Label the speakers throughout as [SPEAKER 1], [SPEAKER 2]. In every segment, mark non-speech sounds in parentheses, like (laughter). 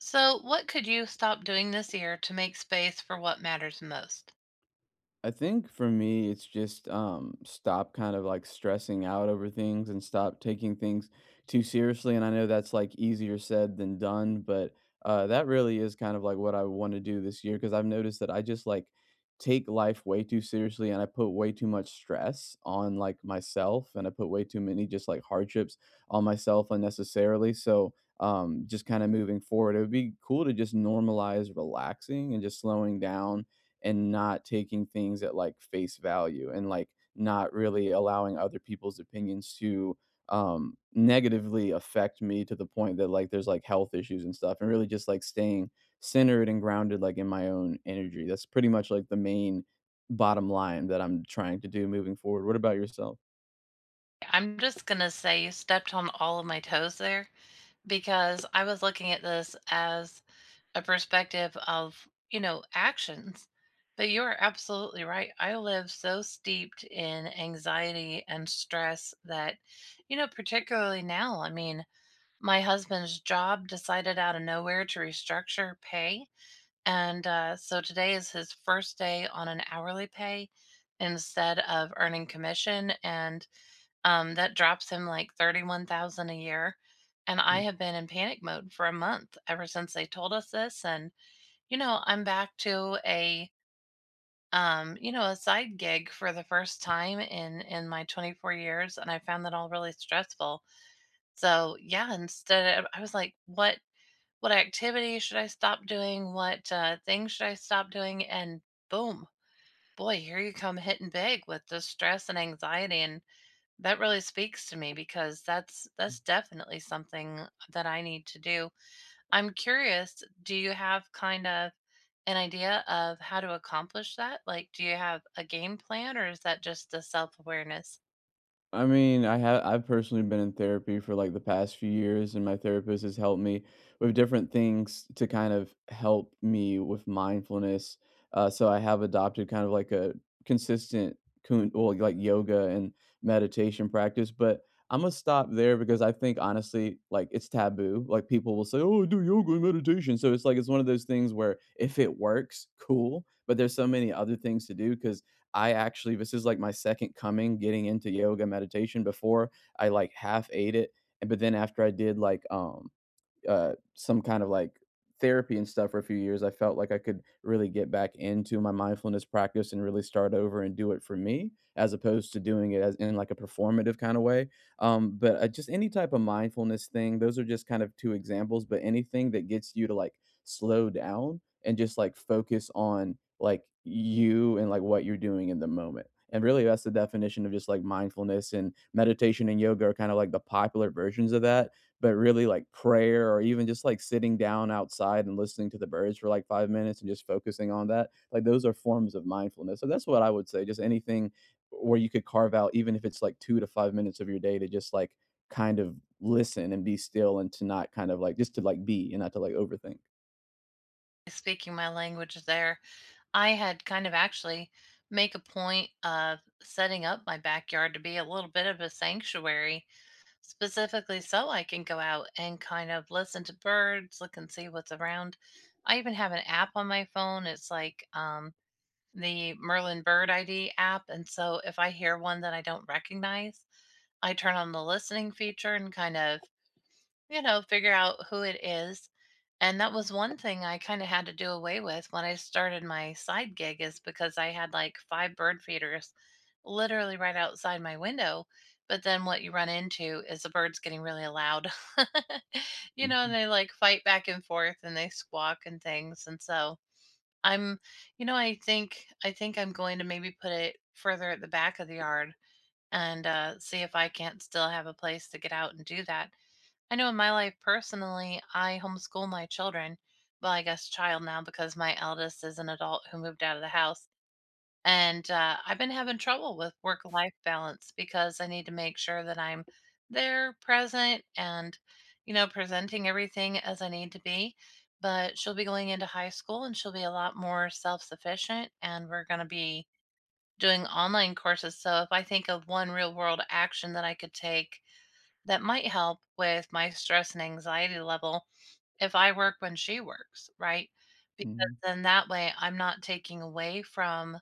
[SPEAKER 1] So, what could you stop doing this year to make space for what matters most?
[SPEAKER 2] I think for me, it's just stop kind of like stressing out over things and stop taking things too seriously. And I know that's like easier said than done, but that really is kind of like what I want to do this year because I've noticed that I just like take life way too seriously and I put way too much stress on like myself and I put way too many just like hardships on myself unnecessarily. So just kind of moving forward, it would be cool to just normalize relaxing and just slowing down and not taking things at like face value and like not really allowing other people's opinions to negatively affect me to the point that like there's like health issues and stuff and really just like staying centered and grounded like in my own energy. That's pretty much like the main bottom line that I'm trying to do moving forward. What about yourself?
[SPEAKER 1] I'm just going to say you stepped on all of my toes there because I was looking at this as a perspective of, you know, actions. But you are absolutely right. I live so steeped in anxiety and stress that, you know, particularly now, I mean, my husband's job decided out of nowhere to restructure pay. And so today is his first day on an hourly pay instead of earning commission, and that drops him like 31,000 a year. And I have been in panic mode for a month ever since they told us this. And you know, I'm back to a you know, a side gig for the first time in my 24 years, and I found that all really stressful. So yeah, instead of, I was like, what activity should I stop doing? What things should I stop doing? And boom, boy, here you come hitting big with the stress and anxiety. And that really speaks to me because that's definitely something that I need to do. I'm curious, do you have kind of an idea of how to accomplish that? Like, do you have a game plan or is that just the self awareness?
[SPEAKER 2] I've personally been in therapy for like the past few years and my therapist has helped me with different things to kind of help me with mindfulness. So I have adopted kind of like a consistent well, like yoga and meditation practice. But I'm gonna stop there because I think honestly, like it's taboo. Like people will say, "Oh, I do yoga and meditation." So it's like it's one of those things where if it works, cool. But there's so many other things to do because I actually, this is like my second coming getting into yoga meditation. Before I like half ate it, and but then after I did like, some kind of like therapy and stuff for a few years, I felt like I could really get back into my mindfulness practice and really start over and do it for me, as opposed to doing it as in like a performative kind of way. But Just any type of mindfulness thing, those are just kind of two examples. But anything that gets you to like slow down and just like focus on like you and like what you're doing in the moment. And really, that's the definition of just like mindfulness, and meditation and yoga are kind of like the popular versions of that. But really, like, prayer or even just, like, sitting down outside and listening to the birds for, like, 5 minutes and just focusing on that, like, those are forms of mindfulness. So that's what I would say, just anything where you could carve out, even if it's, like, 2 to 5 minutes of your day to just, like, kind of listen and be still and to not kind of, like just to, like, be and not to, like, overthink.
[SPEAKER 1] Speaking my language there. I had kind of actually make a point of setting up my backyard to be a little bit of a sanctuary, specifically so I can go out and kind of listen to birds, look and see what's around. I even have an app on my phone. It's like the Merlin Bird ID app. And so if I hear one that I don't recognize, I turn on the listening feature and kind of, you know, figure out who it is. And that was one thing I kind of had to do away with when I started my side gig, is because I had like five bird feeders literally right outside my window. But then what you run into is the birds getting really loud, (laughs) you know, and
[SPEAKER 2] Mhm,
[SPEAKER 1] they like fight back and forth and they squawk and things. And so I'm, you know, I think I'm going to maybe put it further at the back of the yard and see if I can't still have a place to get out and do that. I know in my life personally, I homeschool my children. Well, I guess child now, because my eldest is an adult who moved out of the house. And I've been having trouble with work life balance because I need to make sure that I'm there, present, and, you know, presenting everything as I need to be. But she'll be going into high school and she'll be a lot more self sufficient. And we're going to be doing online courses. So if I think of one real world action that I could take that might help with my stress and anxiety level, if I work when she works, right? Because
[SPEAKER 2] mhm,
[SPEAKER 1] then that way I'm not taking away from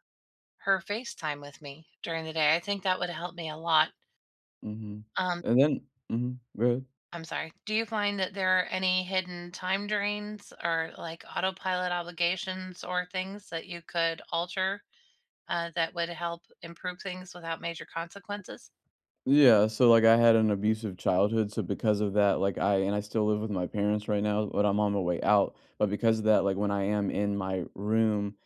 [SPEAKER 1] her FaceTime with me during the day. I think that would help me a lot.
[SPEAKER 2] mhm.
[SPEAKER 1] Um,
[SPEAKER 2] And then mhm.
[SPEAKER 1] I'm sorry. Do you find that there are any hidden time drains or like autopilot obligations or things that you could alter that would help improve things without major consequences?
[SPEAKER 2] Yeah, so like I had an abusive childhood, so because of that, like I still live with my parents right now, but I'm on my way out. But because of that, like when I am in my room,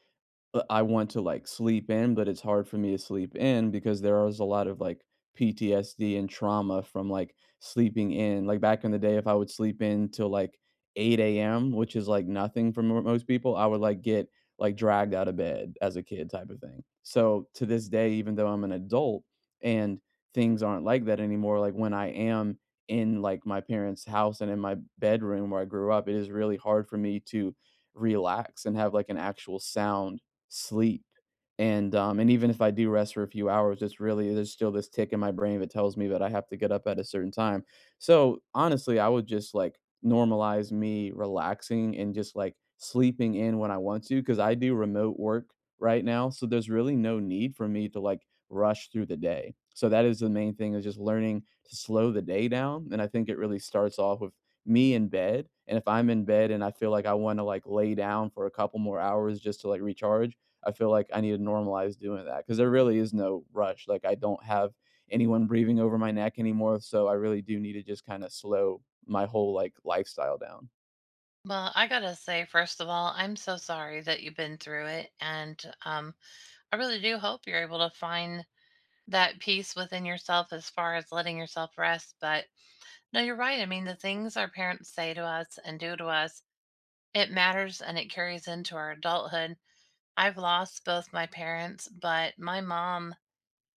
[SPEAKER 2] but I want to, like, sleep in, but it's hard for me to sleep in because there is a lot of, like, PTSD and trauma from, like, sleeping in. Like, back in the day, if I would sleep in till, like, 8 a.m., which is, like, nothing for mo most people, I would, like, get, like, dragged out of bed as a kid type of thing. So, to this day, even though I'm an adult and things aren't like that anymore, like, when I am in, like, my parents' house and in my bedroom where I grew up, it is really hard for me to relax and have, like, an actual sound sleep. And even if I do rest for a few hours, it's really there's still this tick in my brain that tells me that I have to get up at a certain time. So honestly, I would just like normalize me relaxing and just like sleeping in when I want to because I do remote work right now. So there's really no need for me to like rush through the day. So that is the main thing, is just learning to slow the day down. And I think it really starts off with me in bed. And if I'm in bed and I feel like I want to like lay down for a couple more hours just to like recharge, I feel like I need to normalize doing that because there really is no rush. Like I don't have anyone breathing over my neck anymore, so I really do need to just kind of slow my whole like lifestyle down.
[SPEAKER 1] Well, I gotta say, first of all, I'm so sorry that you've been through it, and I really do hope you're able to find that peace within yourself as far as letting yourself rest. But no, you're right. I mean, the things our parents say to us and do to us, it matters and it carries into our adulthood. I've lost both my parents, but my mom,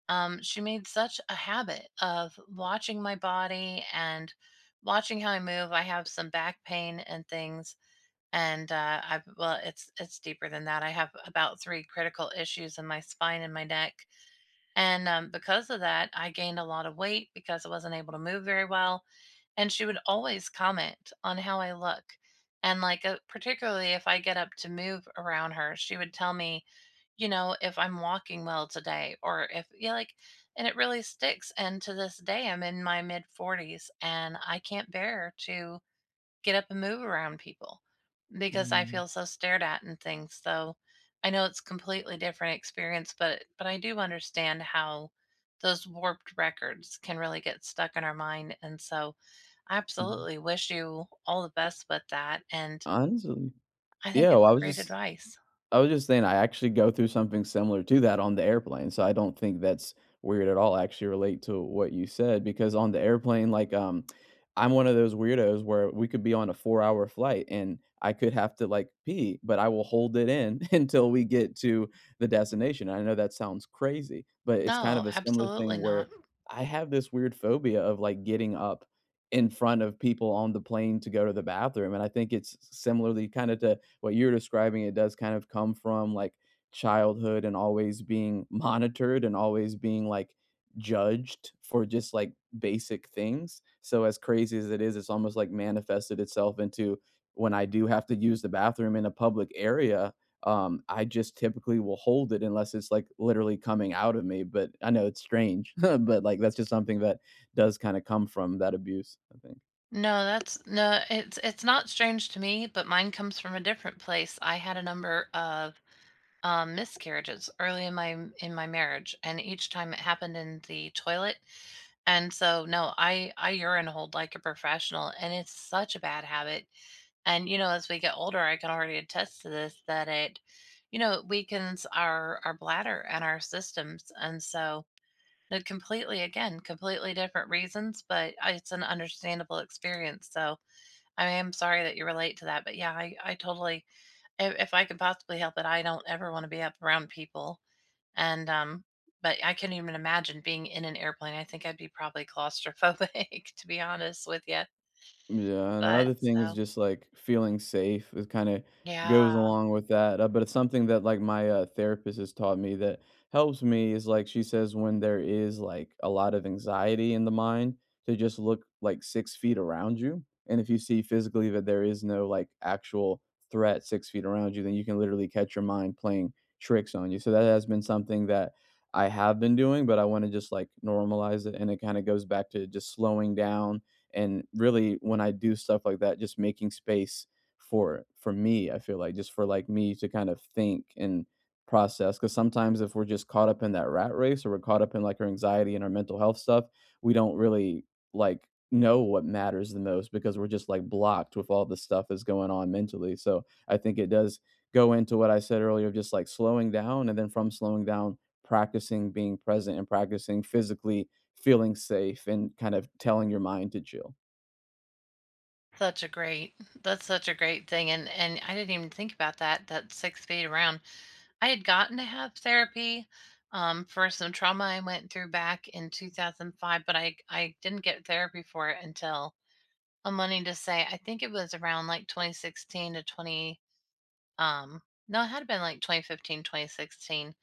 [SPEAKER 1] she made such a habit of watching my body and watching how I move. I have some back pain and things. And I well, it's deeper than that. I have about three critical issues in my spine and my neck and because of that, I gained a lot of weight because I wasn't able to move very well. And she would always comment on how I look. And like, particularly if I get up to move around her, she would tell me, you know, if I'm walking well today or if, yeah, like, and it really sticks. And to this day, I'm in my mid 40s and I can't bear to get up and move around people because I
[SPEAKER 2] Mhm,
[SPEAKER 1] feel so stared at and things. So I know it's completely different experience, but I do understand how those warped records can really get stuck in our mind. And so I
[SPEAKER 2] mhm.
[SPEAKER 1] absolutely wish you all the best with that. And
[SPEAKER 2] Honestly,
[SPEAKER 1] I think
[SPEAKER 2] yeah.
[SPEAKER 1] it's
[SPEAKER 2] Well, I was
[SPEAKER 1] great
[SPEAKER 2] just
[SPEAKER 1] advice.
[SPEAKER 2] I was just saying I actually go through something similar to that on the airplane, so I don't think that's weird at all. I actually relate to what you said because on the airplane, like, I'm one of those weirdos where we could be on a four-hour flight and I could have to like pee, but I will hold it in (laughs) until we get to the destination. I know that sounds crazy, but it's kind
[SPEAKER 1] No,
[SPEAKER 2] of a similar
[SPEAKER 1] absolutely
[SPEAKER 2] thing where
[SPEAKER 1] not.
[SPEAKER 2] I have this weird phobia of like getting up in front of people on the plane to go to the bathroom. And I think it's similarly kind of to what you're describing, it does kind of come from like childhood and always being (laughs) monitored and always being like judged for just like basic things. So as crazy as it is, it's almost like manifested itself into when I do have to use the bathroom in a public area. I just typically will hold it unless it's like literally coming out of me. But I know it's strange, (laughs) but like that's just something that does kind of come from that abuse, I think.
[SPEAKER 1] No, that's no, it's not strange to me, but mine comes from a different place. I had a number of miscarriages early in my marriage, and each time it happened in the toilet. And so, no, I urine hold like a professional, and it's such a bad habit. And you know, as we get older, I can already attest to this that it, you know, it weakens our bladder and our systems. And so, no, completely again, completely different reasons, but it's an understandable experience. So I am sorry that you relate to that, but yeah, I totally, if I can possibly help it, I don't ever want to be up around people and but I couldn't even imagine being in an airplane. I think I'd be probably claustrophobic, (laughs) to be honest with you.
[SPEAKER 2] Yeah, and
[SPEAKER 1] But
[SPEAKER 2] another thing is
[SPEAKER 1] so
[SPEAKER 2] just, like, feeling safe. It kinda
[SPEAKER 1] yeah,
[SPEAKER 2] goes along with that, but it's something that, like, my, therapist has taught me that helps me is, like, she says when there is, like, a lot of anxiety in the mind to just look, like, 6 feet around you, and if you see physically that there is no, like, actual threat 6 feet around you, then you can literally catch your mind playing tricks on you. So that has been something that I have been doing, but I wanna just, like, normalize it, and it kinda goes back to just slowing down, and really when I do stuff like that just making space for me. I feel like just for like me to kind of think and process, because sometimes if we're just caught up in that rat race or we're caught up in like our anxiety and our mental health stuff, we don't really like know what matters the most because we're just like blocked with all the stuff that's going on mentally. So I think it does go into what I said earlier of just like slowing down, and then from slowing down practicing being present and practicing physically feeling safe and kind of telling your mind to chill.
[SPEAKER 1] such a great that's such a great thing. And I didn't even think about that, that 6 feet around. I had gotten to have therapy for some trauma I went through back in 2005, but I didn't get therapy for it until I'm wanting to say I think it was around like 2016 to 20 um no, it had been like 2015, 2016.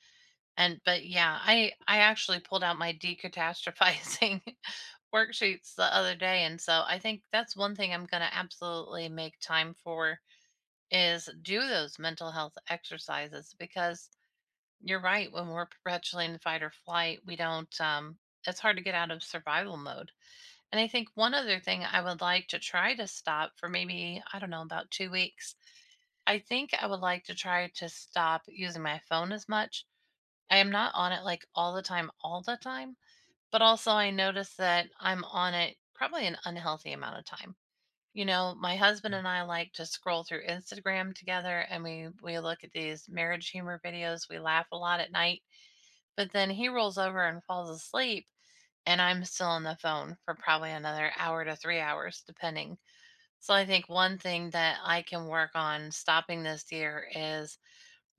[SPEAKER 1] And but yeah, I actually pulled out my decatastrophizing (laughs) worksheets the other day, and so I think that's one thing I'm gonna absolutely make time for is do those mental health exercises because you're right, when we're perpetually in fight or flight, we don't it's hard to get out of survival mode. And I think one other thing I would like to try to stop for maybe, I don't know, about 2 weeks. I think I would like to try to stop using my phone as much. I am not on it like all the time, but also I notice that I'm on it probably an unhealthy amount of time. You know, my husband and I like to scroll through Instagram together and we look at these marriage humor videos. We laugh a lot at night, but then he rolls over and falls asleep and I'm still on the phone for probably another hour to 3 hours depending. So I think one thing that I can work on stopping this year is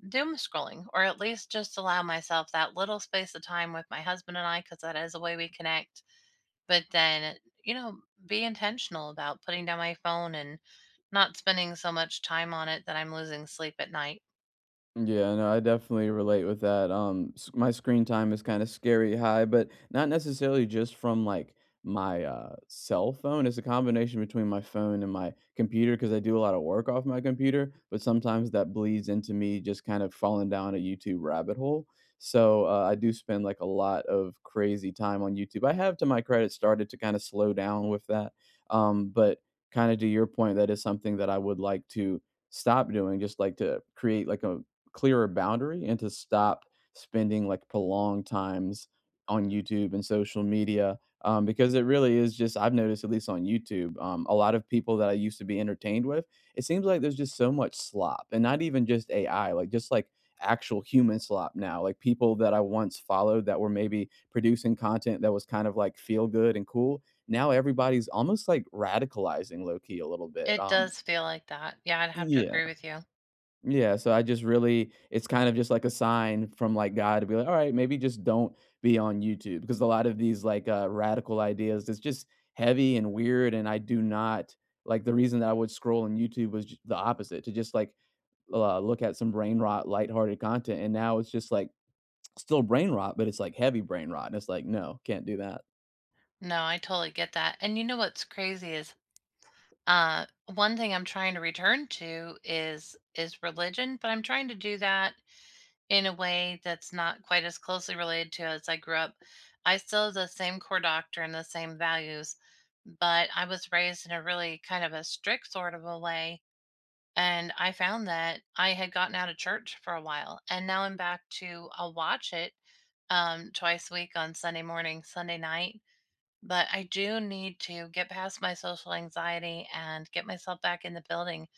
[SPEAKER 1] doom scrolling, or at least just allow myself that little space of time with my husband and I, because that is a way we connect. But then, you know, be intentional about putting down my phone and not spending so much time on it that I'm losing sleep at night.
[SPEAKER 2] Yeah, no, I definitely relate with that. My screen time is kind of scary high, but not necessarily just from like my cell phone. It's a combination between my phone and my computer because I do a lot of work off my computer, but sometimes that bleeds into me just kind of falling down a YouTube rabbit hole. So I do spend like a lot of crazy time on YouTube. I have, to my credit, started to kind of slow down with that. But kind of to your point, that is something that I would like to stop doing, just like to create like a clearer boundary and to stop spending like prolonged times on YouTube and social media, because it really is just I've noticed, at least on YouTube, a lot of people that I used to be entertained with, it seems like there's just so much slop and not even just AI, like just like actual human slop now. Like people that I once followed that were maybe producing content that was kind of like feel good and cool, now everybody's almost like radicalizing low key a little bit.
[SPEAKER 1] It does feel like that. Yeah, I'd have to agree
[SPEAKER 2] Yeah
[SPEAKER 1] with you.
[SPEAKER 2] yeah, so I just really, it's kind of just like a sign from like God to be like, all right, maybe just don't be on YouTube, because a lot of these like radical ideas, it's just heavy and weird. And I do not like the reason that I would scroll on YouTube was the opposite, to just like look at some brain rot, lighthearted content. And now it's just like still brain rot, but it's like heavy brain rot. And it's like, no, can't do that.
[SPEAKER 1] No, I totally get that. And you know what's crazy is uh one thing I'm trying to return to is religion, but I'm trying to do that in a way that's not quite as closely related to as I grew up. I still have the same core doctor and the same values, but I was raised in a really kind of a strict sort of a way. And I found that I had gotten out of church for a while. And now I'm back to, I'll watch it twice a week on Sunday morning, Sunday night. But I do need to get past my social anxiety and get myself back in the building.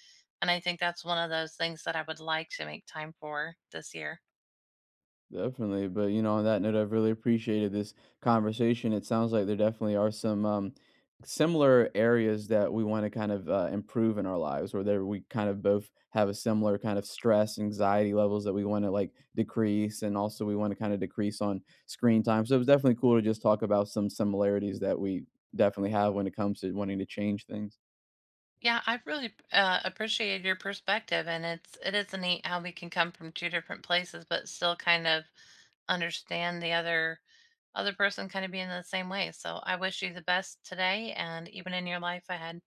[SPEAKER 1] And I think that's one of those things that I would like to make time for this year.
[SPEAKER 2] Definitely. But, you know, on that note, I've really appreciated this conversation. It sounds like there definitely are some similar areas that we want to kind of improve in our lives, where there we kind of both have a similar kind of stress, anxiety levels that we want to like decrease. And also, we want to kind of decrease on screen time. So it was definitely cool to just talk about some similarities that we definitely have when it comes to wanting to change things.
[SPEAKER 1] Yeah, I really appreciate your perspective, and it's it is neat how we can come from two different places, but still kind of understand the other other person kind of being the same way. So I wish you the best today, and even in your life ahead.